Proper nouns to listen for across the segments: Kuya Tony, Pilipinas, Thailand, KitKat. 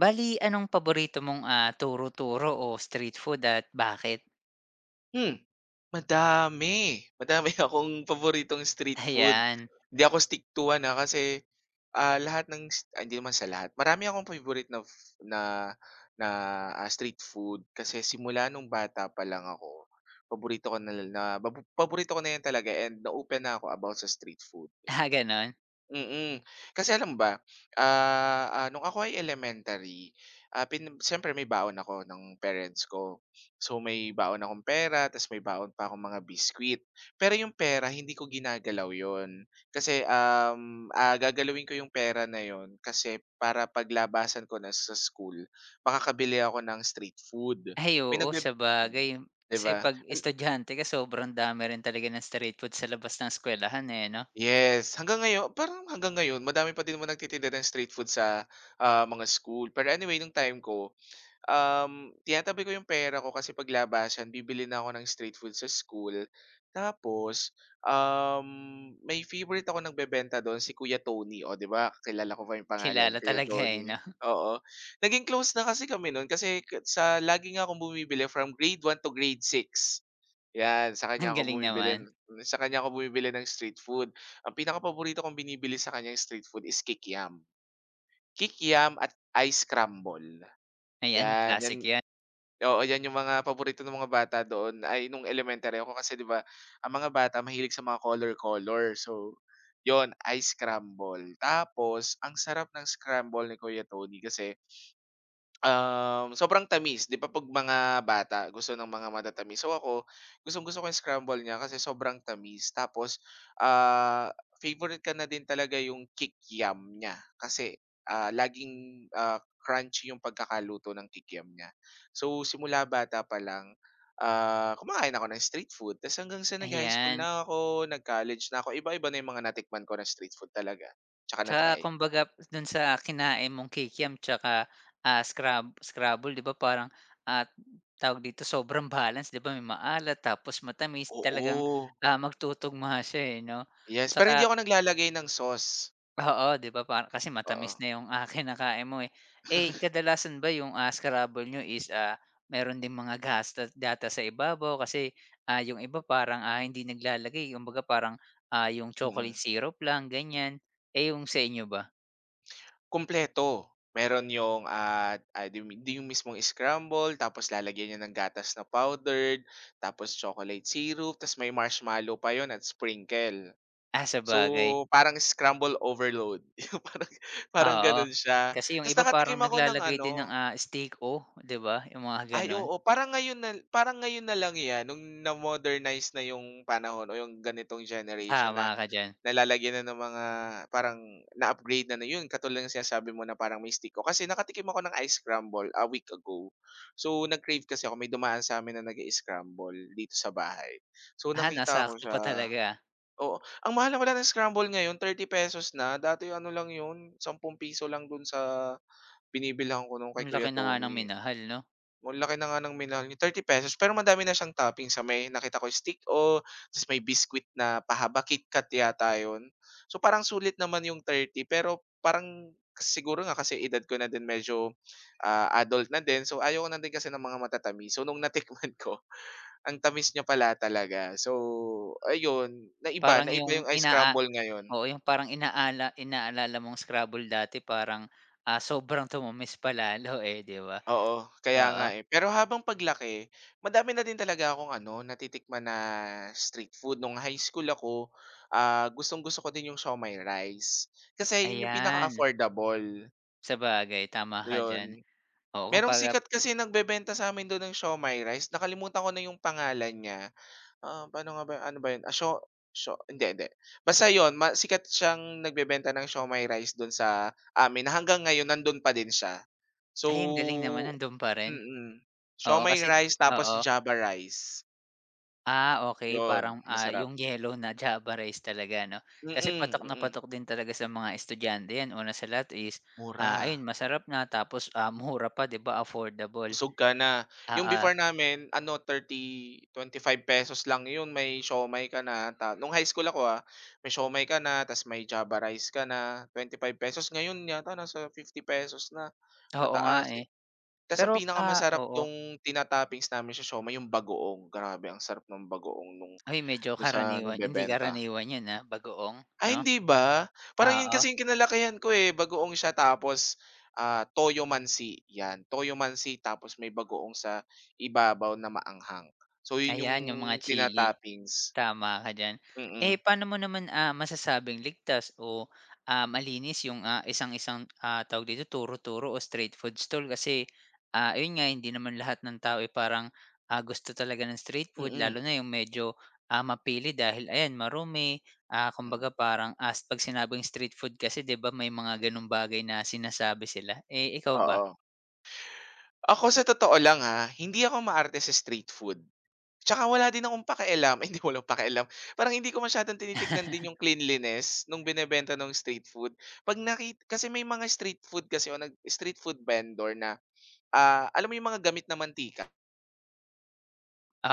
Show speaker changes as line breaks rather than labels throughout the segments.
Bale, anong paborito mong, turo-turo o street food at bakit?
Hmm, madami. Madami akong paboritong street food.
Ayan.
Hindi ako stick to one, kasi, lahat ng s ay hindi naman sa lahat, marami akong favorite na f na na, ah, street food kasi simula nung bata pa lang ako, paborito ko na 'yan talaga and na-open na ako about sa street food.
Gano'n?
Mm. Kasi alam mo ba, nung ako ay elementary, ah, pin siyempre may baon ako ng parents ko. So, may baon akong pera ta's may baon pa akong mga biscuit. Pero yung pera hindi ko ginagalaw yon, kasi, gagalawin ko yung pera na yon, kasi para paglabasan ko na sa school makakabili ako ng street food.
Ay,
May
oo,
nagbe, hmm,
sabagay.
'di
Kasi
ba?
'pag estudyante ka sobrang dami rin talaga ng street food sa labas ng eskuwelahan, eh, 'no?
Yes, hanggang ngayon parang hanggang ngayon madami pa din mo nagtitinda ng street food sa, mga school. Pero anyway nung time ko, tinatabi ko yung pera ko kasi paglabasan bibili na ako ng street food sa school. Tapos, um, may favorite akong nagbebenta dun si Kuya Tony, o 'di ba kilala ko pa yung pangalan,
Kilala
Kuya
talaga, eh,
Tony.
'no?
Oo. Naging close na kasi kami noon kasi sa lagi nga akong bumibili from grade 1 to grade 6. 'Yan,
Ang galing naman.
sa kanya ako bumibili ng street food. Ang pinakapaborito kong binibili sa kanya street food is kikiam. Kikiam at ice crumble.
Ayan,
'Yan, 'yan,
classic 'yan.
oo, 'yan yung mga paborito ng mga bata doon ay nung elementary ako kasi 'di ba, ang mga bata mahilig sa mga color-color. So, yon ice crumble. Tapos ang sarap ng scramble ni Kuya Tony kasi, sobrang tamis, 'di ba, 'pag mga bata gusto ng mga matatamis. So ako, gustong-gusto ko yung scramble niya kasi sobrang tamis, tapos, favorite ko na din talaga yung kikiam niya kasi, laging, crunchy yung pagkakaluto ng kikiam niya. So simula bata pa lang, kumakain ako ng street food ta's hanggang sa nag-high school
Ayan.
na ako, nag-college na ako, iba-iba na yung mga natikman ko na street food talaga, 'tsaka
Tsaka
na-try.
kumbaga dun sa kinain mong kikiam tsaka, scrabble 'di ba parang, at tawag dito sobrang balance 'di ba may maalat tapos matamis talagang,
Oo,
magtutugma siya, eh, 'no?
yes, pero hindi
Tsaka
ako naglalagay ng sauce.
oo 'di ba parang kasi matamis
Oo.
na yung, kinakain mo, eh. Eh, kadalasan ba yung, scrabble niyo is, meron din mga gas data sa ibabaw kasi, yung iba parang, hindi naglalagay kumbaga parang, yung chocolate
Mm.
syrup lang ganyan, eh, yung sa inyo ba?
Kumpleto. Meron yung, di di yung mismong scramble, tapos lalagyan niya ng gatas na powdered, tapos chocolate syrup, ta's may marshmallow pa yon at sprinkle.
Ah,
So,
sabagay,
parang scramble overload. Yung parang parang
oo.
gano'n siya.
Kasi yung
Tapos
iba parang
nakatikim ako ng
naglalagay din ng,
ano,
steak o, 'di ba, yung mga
ay
gano'n.
oo, parang ngayon na, parang ngayon na lang 'yan nung na-modernize na yung panahon o yung ganitong generation
Tama
na.
ka diyan.
Nalalagyan na ng mga, parang na-upgrade na na yun, katulad ng sinasabi mo na parang may stick ko. Kasi nakatikim ako ng ice scramble a week ago. So, nag-crave kasi ako, may dumaan sa amin na nag scramble dito sa bahay. So,
Ah,
nakita ko
nasakto pa
siya.
talaga, ah.
Oo. Ang mahal na pala ng scramble ngayon, ₱30 na. Dati ano lang yun, ₱10 lang dun sa binibilhan ko nung kay
Ang
Kuya
laki na nga ng
Tony, eh.
minahal 'no?
Oh, laki na nga ng minahal niya, ₱30, pero madami na siyang toppings, may nakita ko stick o ta's may biscuit na pahaba, KitKat yata 'yun. So, parang sulit naman yung 30, pero parang siguro nga kasi edad ko na din medyo, adult na din, so ayoko na din kasi ng mga matatamis. So, nung natikman ko, ang tamis niya pala talaga. So, ayun, naiba,
Parang yung
naiba yung ice
inaa
crumble ngayon.
Oo, yung parang inaalala mong Scrabble dati parang, sobrang tumamis pa lalo, eh, 'di ba?
Oo, kaya
Oo,
nga, eh. Pero habang paglaki, madami na din talaga akong ano, natitikman na street food. Nung high school ako, gustong-gusto ko din yung siomai rice, kasi yun yung
ayan.
pinaka-affordable,
Sabagay, tama ka diyan.
yun.
Oo,
Merong
kumbaga
sikat kasi nagbebenta sa'min dun ng siomai rice, nakalimutan ko na yung pangalan niya. Ah, paano nga ba, ano ba yun, ah, sio sio hindi, hindi. Basta yun, sikat siyang nagbebenta ng siomai rice dun sa amin, hanggang ngayon nandun pa din siya. So.
ay ang galing naman nando'n pa rin.
Mm.
Oo,
Siomai
kasi
rice tapos
Oo.
Java rice,
Okay
'yun
parang,
masarap.
yung yellow na Java rice talaga 'no? Kasi
Mm,
patok na
mm.
patok din talaga sa mga estudyante 'yan una sa lahat is, ayun
Mura,
masarap na tapos, mura pa 'di ba affordable.
busog ka na. Yung
ah
before namin ano, thirty twenty five pesos lang 'yun, may siomai ka na ta nung high school ako, may siomai ka na ta's may Java rice ka na, ₱25. Ngayon yata nasa ₱50 na,
Oo nga,
pataas,
eh.
eh. Ta's ang pinakamasarap
Oo.
nung tina-toppings namin sa siomai yung bagoong, grabe ang sarap ng bagoong nung
Ay medyo
dun sa
hindi
nagbebenta.
karaniwan 'yun, bagoong
Ay
'no?
hindi ba? Parang yun
Oo,
kasi yung kinalakihan ko, eh, bagoong siya, tapos, toyo mansi, 'yan. Toyo mansi tapos may bagoong sa ibabaw na maanghang. So yun yung
ayan yung mga chili.
tina-toppings.
Tama ka diyan.
Mm,
Eh, paano mo naman, masasabing ligtas o, malinis yung, isang-isang, tawag dito, turo-turo o street food stall kasi, ayun nga hindi naman lahat ng tao, eh, parang, gusto talaga ng street food
mm,
lalo na yung medyo, mapili dahil ayan marumi,
mm,
kumbaga parang as 'pag sinabing street food kasi 'di ba may mga gano'ng bagay na sinasabi sila. Eh, ikaw ba?
oo. Ako sa totoo lang, ha, hindi ako maarte sa street food. Tsaka wala din akong pakialam, ay hindi, walang pakialam, parang hindi ko masyadong tinitignan din yung cleanliness nung binebenta ng street food. 'Pag kasi, may mga street food kasi o nag street food vendor na. Alam mo yung mga gamit na mantika,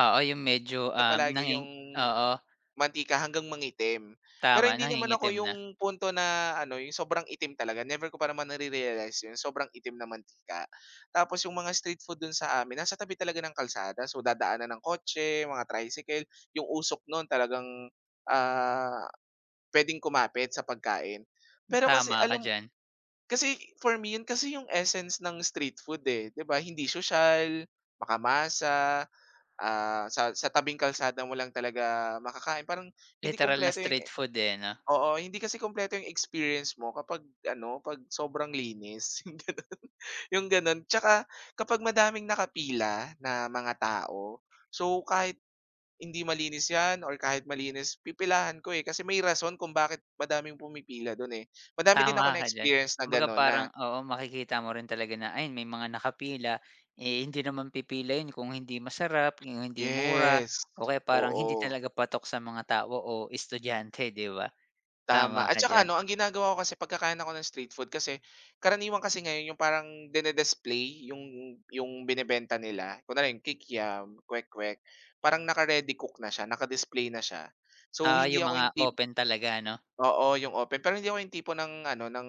Oo, yung medyo,
na palagi
nanging
yung
oo,
mantika hanggang mangitim. Pero
tama
hindi naman ako
nangingitim
yung
na.
punto na ano, yung sobrang itim talaga, never ko pa naman nare-realize yun, sobrang itim na mantika. Tapos yung mga street food dun sa amin, nasa tabi talaga ng kalsada, so dadaanan ng kotse, mga tricycle, yung usok nun talagang, ah, puwedeng kumapit sa pagkain. Pero kasi
Tama ka
alam,
diyan.
kasi for me yun kasi yung essence ng street food, eh, 'di ba? Hindi social, makamasa. Sa tabing kalsada mo lang talaga makakain, parang hindi
Literal na
kumpleto yung,
street food, eh, 'no?
oo, hindi kasi kumpleto yung experience mo kapag ano, 'pag sobrang linis yung gano'n. Tsaka kapag madaming nakapila na mga tao, so kahit hindi malinis 'yan or kahit malinis pipilahan ko, eh, kasi may rason kung bakit madaming pumipila do'n, eh. Madami din
Tama
ako
ka diyan.
na-experience na
Kumbaga
gano'n na,
parang oo, makikita mo rin talaga na, ayun, may mga nakapila, eh, hindi naman pipila yun kung hindi masarap, yung hindi mura
yes,
o kaya parang hindi
oo.
talaga patok sa mga tao o estudyante, 'di ba?
Tama,
Tama
at
ka
saka
diyan.
ano, ang ginagawa ko kasi pagkakain ako ng street food kasi karaniwan kasi ngayon yung parang yung yung binebenta nila. Kunwari yung kikiam, kwek-kwek, parang naka-ready cook na siya, naka-display na siya. So,
Oo,
hindi
yung
ako
mga
yung tipo.
open talaga, 'no?
Oo, yung open. Pero hindi ako yung tipo ng ano, ng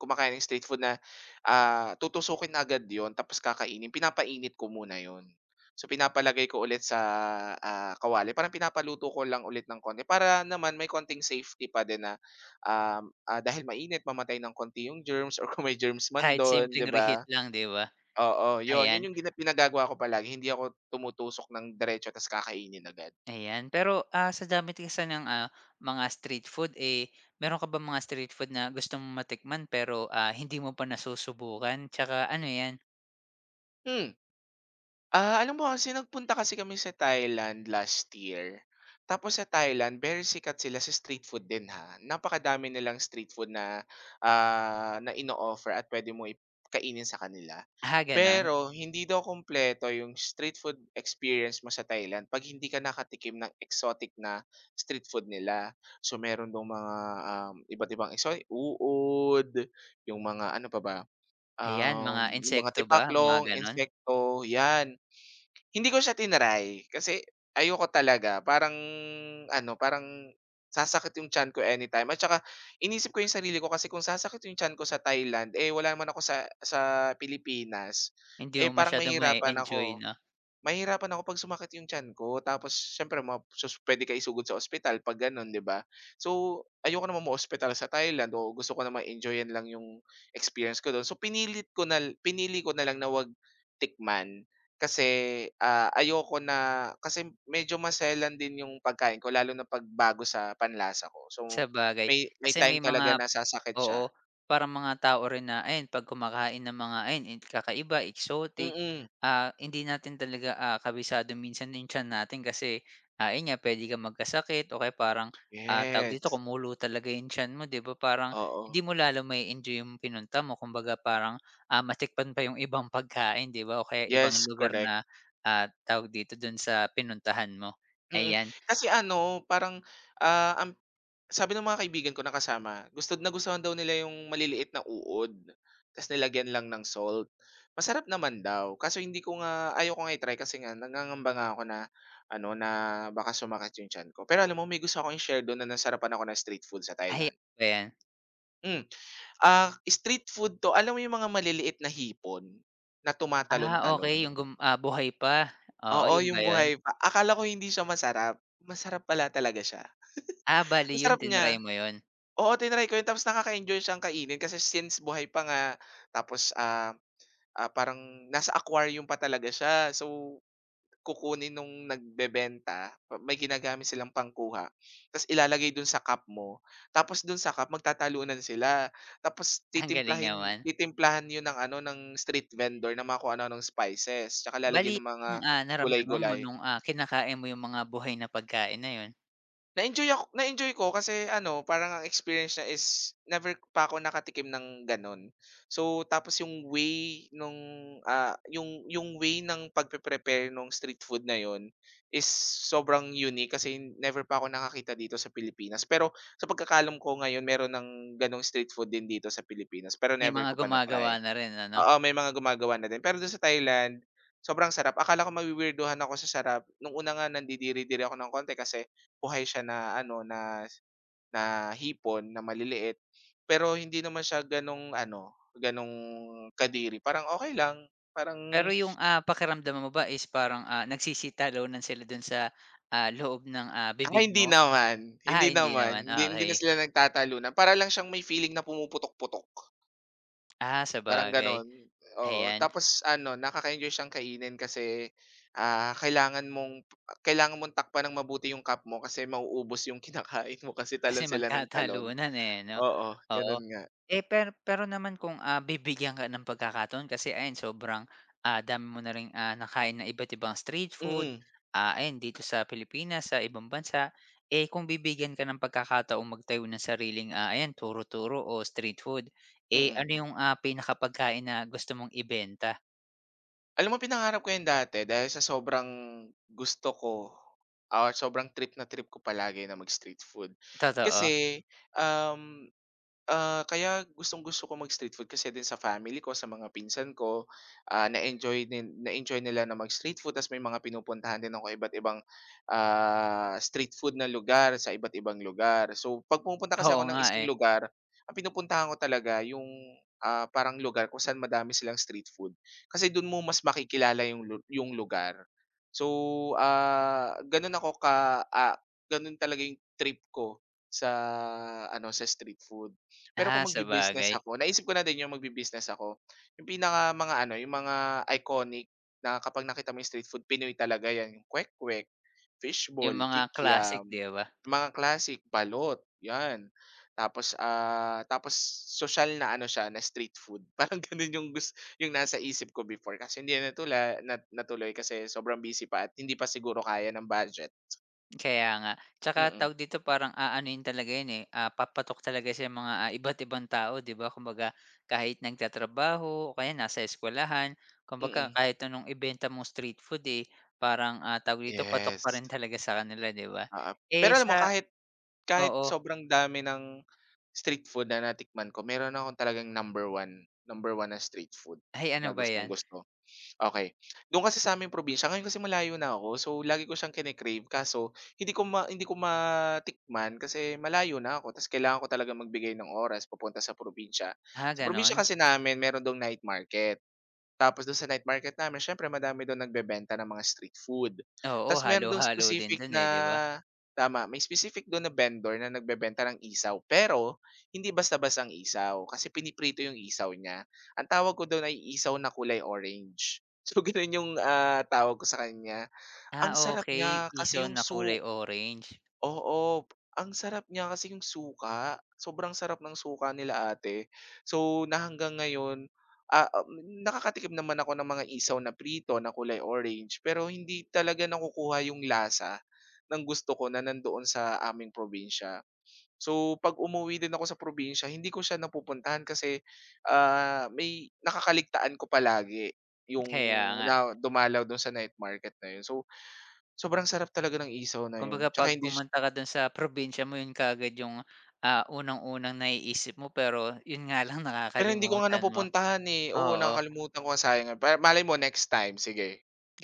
kumakain ng street food na, tutusukin na agad yun tapos kakainin. Pinapainit ko muna yon. So, pinapalagay ko ulit sa, kawali. Parang pinapaluto ko lang ulit ng konti para naman may konting safety pa din na, dahil mainit mamatay ng konti yung germs or kung may germs man
Kahit
dun,
simpleng
'di
reheat
ba?
lang, 'di ba?
Oo, yon.
Ayan,
Yun yung ginagagawa ko palagi. Hindi ako tumutusok ng diretso tapos kakainin agad.
ayan. Pero, sa dami kasi ng, mga street food, eh, meron ka bang mga street food na gusto mong matikman pero, hindi mo pa nasusubukan? Tsaka ano 'yan?
Hmm. Alam mo kasi nagpunta kasi kami sa Thailand last year. Tapos sa Thailand, very sikat sila sa street food din, ha. Napakadami nilang street food na, na ino-offer at pwede mo kainin sa kanila.
Gano'n?
Pero hindi daw kumpleto yung street food experience mo sa Thailand 'pag hindi ka nakatikim ng exotic na street food nila. So meron daw mga, iba't ibang exotic uod, yung mga ano pa ba,
Ayan, mga
yung mga
insekto ba, mga
tipaklong,
gano'n?
insekto, 'yan. Hindi ko siya tinry kasi ayoko talaga, parang ano, parang sasakit yung tiyan ko anytime, at saka inisip ko yung sarili ko kasi kung sasakit yung tiyan ko sa Thailand, eh, wala naman ako sa Pilipinas,
Hindi
eh,
mo
parang
masyadong
mahihirapan
ma-e-enjoy
ako.
'no?
Mahihirapan ako 'pag sumakit yung tiyan ko, tapos siyempre ma sus, puwede ka isugod sa ospital 'pag gano'n, 'di ba? So, ayoko naman ma-ospital sa Thailand, o gusto ko namang enjoyin lang yung experience ko do'n. So, pinilit ko na pinili ko na lang na 'wag tikman. Kasi, ayoko na kasi medyo maselan din yung pagkain ko lalo na 'pag bago sa panlasa ko. So,
Sabagay,
may
kasi
time
may
talaga
mga
na sasakit siya.
oo, parang mga tao rin na ayun 'pag kumakain ng mga ayun, eh, kakaiba, exotic,
Mm,
hindi natin talaga, kabisado minsan yung tiyan natin kasi, ayun nga puwede kang magkasakit o kaya parang, tawag dito,
yes.
kumulo talaga yung tiyan mo 'di ba parang
Oo.
hindi mo lalo ma-e-enjoy yung pinunta mo kumbaga parang, matikman pa yung ibang pagkain 'di ba o kaya ibang
Yes,
lugar
correct.
na, tawag dito, dun sa pinuntahan mo,
Mm,
ayan.
kasi ano parang, ang sabi ng mga kaibigan ko na kasama, gusto na gustuhan daw nila yung maliliit na uod, ta's nilagyan lang ng salt. Masarap naman daw, kaso hindi ko nga, ayaw ko nga i-try kasi nga nangangamba nga ako na ano, na baka sumakit yung tiyan ko. Pero alam mo, may gusto akong i-share dun na nasarapan ako ng street food sa
Ay,
Thailand.
ano ba 'yan?
Hmm, street food 'to, alam mo yung mga maliliit na hipon na
Ah, okey
tumatalon-talon?
yung gum ah, buhay pa, oo
Oo,
yun
yung
ba yun?
buhay pa. Akala ko hindi siya masarap, masarap pala talaga siya.
Ah, bale
Ang
yun
sarap
tinry
niya.
mo yun?
Oo, tinry ko yun tapos nakaka-enjoy siyang kainin kasi since buhay pa nga, tapos, parang nasa aquarium pa talaga siya. So, kukunin nung nagbebenta, may ginagamit silang pangkuha tapos ilalagay dun sa cup mo. Tapos dun sa cup magtatalunan sila, tapos
Ang galing
titimplahin
naman.
titimplahan yun ng ano, ng street vendor na mga kung ano-anong spices tsaka
Bale
lalagyan ng mga
yung, naramdaman mo
gulay-gulay.
nung, kinakain mo yung mga buhay na pagkain na yun?
Na-enjoy ko kasi ano, parang ang experience niya is never pa ako nakatikim ng gano'n. So, tapos yung way nung, yung way ng pagpe-prepare nung street food na yon is sobrang unique kasi never pa ako nakakita dito sa Pilipinas. Pero sa pagkakaalam ko ngayon meron ng gano'ng street food din dito sa Pilipinas pero
May
never
mga
ko pa
gumagawa
na-try.
na rin ano?
Oo, may mga gumagawa na din. Pero dun sa Thailand, sobrang sarap. Akala ko mawi ako sa sarap. Nung una nga nandidiri-diri ako ng konti kasi buhay siya na ano, na na hipon na maliliit. Pero hindi naman siya ganong ano, ganong kadiri. Parang okay lang, parang
Pero yung, pakiramdam mo ba is parang, nagsisitalunan sila dun sa, loob ng, bibig
hindi
mo?
naman,
Ah,
hindi
hindi
naman.
naman,
Hindi hindi
okey.
na sila nagtatalunan. Para lang siyang may feeling na pumuputok-putok.
Ah,
Parang
sabagay,
gano'n, oo.
ayan.
Tapos ano, nakaka-enjoy siyang kainin kasi, ah, kailangan mong kailangan mong takpan ng mabuti yung cup mo kasi mauubos yung kinakain mo kasi
Kasi
talon sila ng talon.
magkatalunan, eh, 'no?
Oo,
Oo.
gano'n nga.
Eh, pero naman kung, bibigyan ka ng pagkakataon kasi ayan sobrang, dami mo na ring, nakain na iba't ibang street food,
Mm,
ayan dito sa Pilipinas, sa ibang bansa. Eh, kung bibigyan ka ng pagkakataong magtayo ng sariling, ayan turo-turo o street food, eh,
mm.
ano yung, pinakapagkain na gusto mong ibenta?
Alam mo pinangarap ko yun dati dahil sa sobrang gusto ko, sobrang trip na trip ko palagi na mag-street food.
Totoo.
Kasi, um, kaya gustong-gusto ko mag-street food kasi din sa family ko, sa mga pinsan ko, na-enjoy nila na mag-street food ta's may mga pinupuntahan din ako iba't ibang, street food na lugar sa iba't ibang lugar. So 'pag pumupunta kasi
Oo
ako ng
nga,
isang
eh.
lugar, ang pinupuntahan ko talaga yung, parang lugar kung saan madami silang street food. Kasi dun mo mas makikilala yung lugar. So, ah, ganun ako ka ah, ganun talaga yung trip ko sa ano, sa street food. Pero kung
Ah,
magbi-business
sabagay.
ako, naisip ko na din yung magbi-business ako, yung pinaka mga ano, yung mga iconic na kapag nakita mo yung street food, Pinoy talaga 'yan, yung kwek-kwek,
Yung
fishball,
mga classic,
kikiam,
'di ba?
mga classic, balot, 'yan. Tapos social na ano siya, na street food. Parang gano'n yung gusto yung nasa isip ko before kasi hindi na natula nat natuloy kasi sobrang busy pa at hindi pa siguro kaya ng budget.
Kaya nga.
Mm,
Tsaka
mm.
tawag dito parang aanuhin talaga 'yun, eh, papatok talaga sa mga, iba't ibang tao 'di ba? Kumbaga kahit nagtatrabaho o kaya nasa eskuwelahan,
Mm,
kumbaga
mm.
kahit anong ibenta mong street food, eh, parang, tawag dito patok pa
Yes,
rin talaga sa kanila 'di ba?
oo.
Eh,
Pero alam mo
sa
kahit kahit
Oo.
sobrang dami ng street food na natikman ko, meron akong talagang number one na street food
Ay ano
na
ba 'yan?
gustong-gusto. Okay. Do'n kasi sa'ming probinsya ngayon kasi malayo na ako, so lagi ko siyang kine-crave kaso hindi ko matikman kasi malayo na ako ta's kailangan ko talaga magbigay ng oras papunta sa probinsya.
Ah,
Sa probinsya
gano'n?
kasi namin meron doong night market. Tapos dun sa night market namin siyempre madami dun nagbebenta ng mga street food.
Oo,
Tapos meron dun
halo-halo din
specific
do'n,
na,
eh, 'di ba?
tama, may specific dun na vendor na nagbebenta ng isaw, pero hindi basta-bastang isaw kasi piniprito yung isaw niya. Ang tawag ko dun ay isaw na kulay orange. So ganun yung, tawag ko sa kanya. Ang
Ah,
sarap
okay
niya kasi
Isaw
yung
na kulay
su
orange.
Oo, ang sarap niya kasi yung suka, sobrang sarap ng suka nila ate. So, na hanggang ngayon, nakakatikim naman ako ng mga isaw na prito na kulay orange, pero hindi talaga nakukuha yung lasa ng gusto ko na nandoon sa aming probinsya. So, 'pag umuwi din ako sa probinsya, hindi ko siya napupuntahan kasi, may nakakaligtaan ko palagi yung
Kaya nga.
na dumalaw dun sa night market na yun. So, sobrang sarap talaga ng isaw na yun,
Kumbaga
'tsaka
'pag
hindi
pumunta ka dun sa probinsya mo yun kaagad yung, unang-unang naiisip mo pero yun nga lang
Pero hindi ko nga
nakakalimutan mo.
napupuntahan, eh. Oo,
Oo,
nakakalimutan ko, sayang. Pa malay mo next time, sige.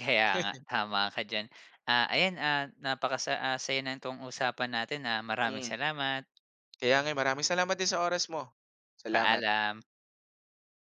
kaya nga tama ka diyan. Ah, ayan, ah, napakasa ah, saya nitong usapan natin, maraming
Mm,
salamat.
kaya nga, eh, maraming salamat din sa oras mo. Salamat.
Paalam.